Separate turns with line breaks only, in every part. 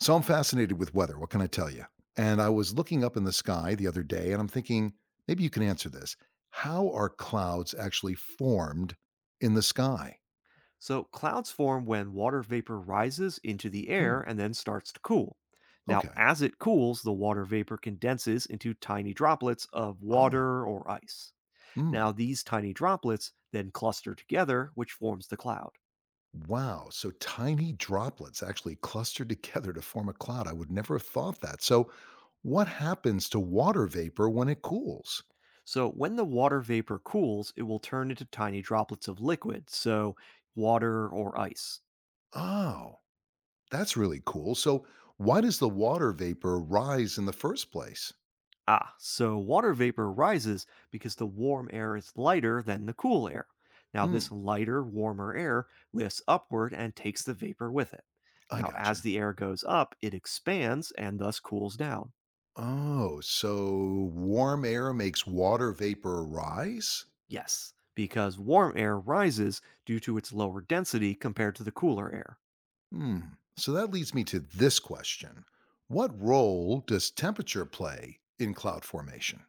So I'm fascinated with weather. What can I tell you? And I was looking up in the sky the other day and I'm thinking, maybe you can answer this. How are clouds actually formed in the sky?
So, clouds form when water vapor rises into the air
Mm,
and then starts to cool. Now,
okay.
as it cools, the water vapor condenses into tiny droplets of
Oh,
water or ice.
mm,
Now, these tiny droplets then cluster together, which forms the cloud.
wow. So tiny droplets actually cluster together to form a cloud. I would never have thought that. So, what happens to water vapor when it cools?
So, when the water vapor cools, it will turn into tiny droplets of liquid, so water or ice.
Oh, that's really cool. So, why does the water vapor rise in the first place?
Ah, so water vapor rises because the warm air is lighter than the cool air. Now, this
Mm,
lighter, warmer air lifts upward and takes the vapor with it.
I
Now, as
gotcha.
the air goes up, it expands and thus cools down.
Oh, so warm air makes water vapor rise?
Yes, because warm air rises due to its lower density compared to the cooler air.
Hmm. So that leads me to this question. What role does temperature play in cloud formation?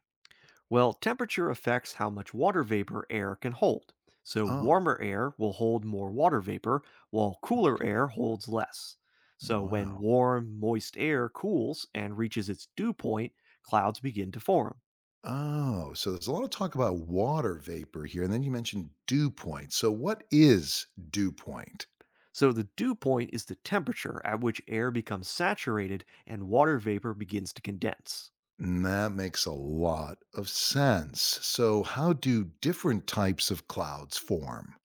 Well, temperature affects how much water vapor air can hold. So,
Oh,
warmer air will hold more water vapor, while cooler air
okay.
holds less. So, when
Wow.
warm, moist air cools and reaches its dew point, clouds begin to form.
Oh, so there's a lot of talk about water vapor here. And then you mentioned dew point. So, what is dew point?
So, the dew point is the temperature at which air becomes saturated and water vapor begins to condense.
And that makes a lot of sense. So, how do different types of clouds form?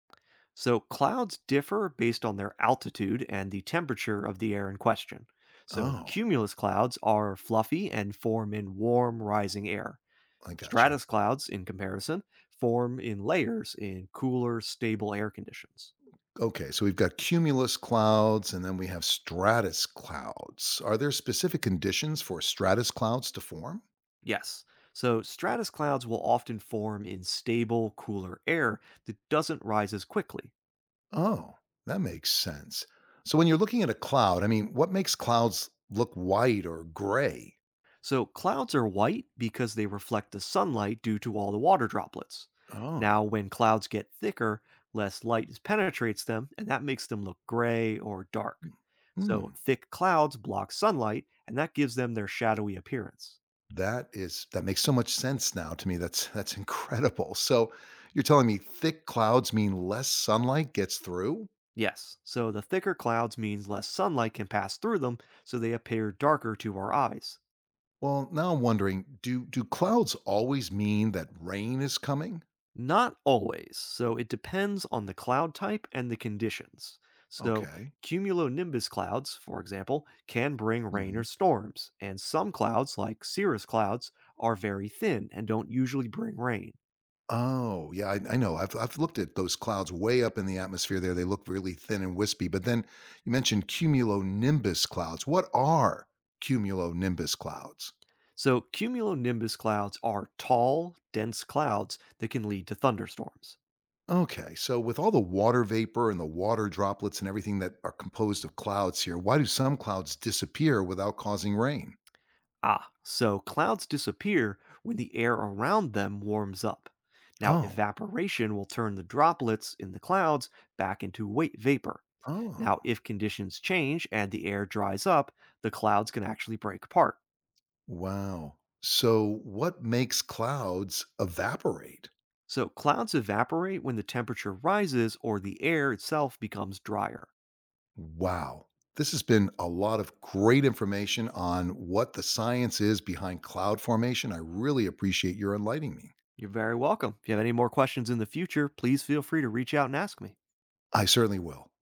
So, clouds differ based on their altitude and the temperature of the air in question. So,
Oh,
cumulus clouds are fluffy and form in warm, rising air.
I gotcha.
Stratus clouds, in comparison, form in layers in cooler, stable air conditions.
Okay, so we've got cumulus clouds and then we have stratus clouds. Are there specific conditions for stratus clouds to form?
Yes, so stratus clouds will often form in stable, cooler air that doesn't rise as quickly.
Oh, that makes sense. So when you're looking at a cloud, I mean, what makes clouds look white or gray?
So, clouds are white because they reflect the sunlight due to all the water droplets.
Oh,
Now, when clouds get thicker, less light penetrates them, and that makes them look gray or dark. So,
hmm.
thick clouds block sunlight, and that gives them their shadowy appearance.
That makes so much sense now to me. That's that's incredible. So you're telling me thick clouds mean less sunlight gets through?
Yes, so the thicker clouds means less sunlight can pass through them, so they appear darker to our eyes.
Well, now I'm wondering, do clouds always mean that rain is coming?
Not always. So it depends on the cloud type and the conditions. So
Okay.
cumulonimbus clouds, for example, can bring rain or
Mhm.
storms, and some clouds, like cirrus clouds, are very thin and don't usually bring rain.
Oh, yeah, I know. I've looked at those clouds way up in the atmosphere there. They look really thin and wispy. But then you mentioned cumulonimbus clouds. What are cumulonimbus clouds?
So cumulonimbus clouds are tall, dense clouds that can lead to thunderstorms.
Okay, so with all the water vapor and the water droplets and everything that are composed of clouds here, why do some clouds disappear without causing rain?
Ah, so clouds disappear when the air around them warms up. Now,
Oh,
evaporation will turn the droplets in the clouds back into vapor.
oh,
Now, if conditions change and the air dries up, the clouds can actually break apart.
wow. So what makes clouds evaporate?
So, clouds evaporate when the temperature rises or the air itself becomes drier.
Wow. This has been a lot of great information on what the science is behind cloud formation. I really appreciate your enlightening me.
You're very welcome. If you have any more questions in the future, please feel free to reach out and ask me.
I certainly will.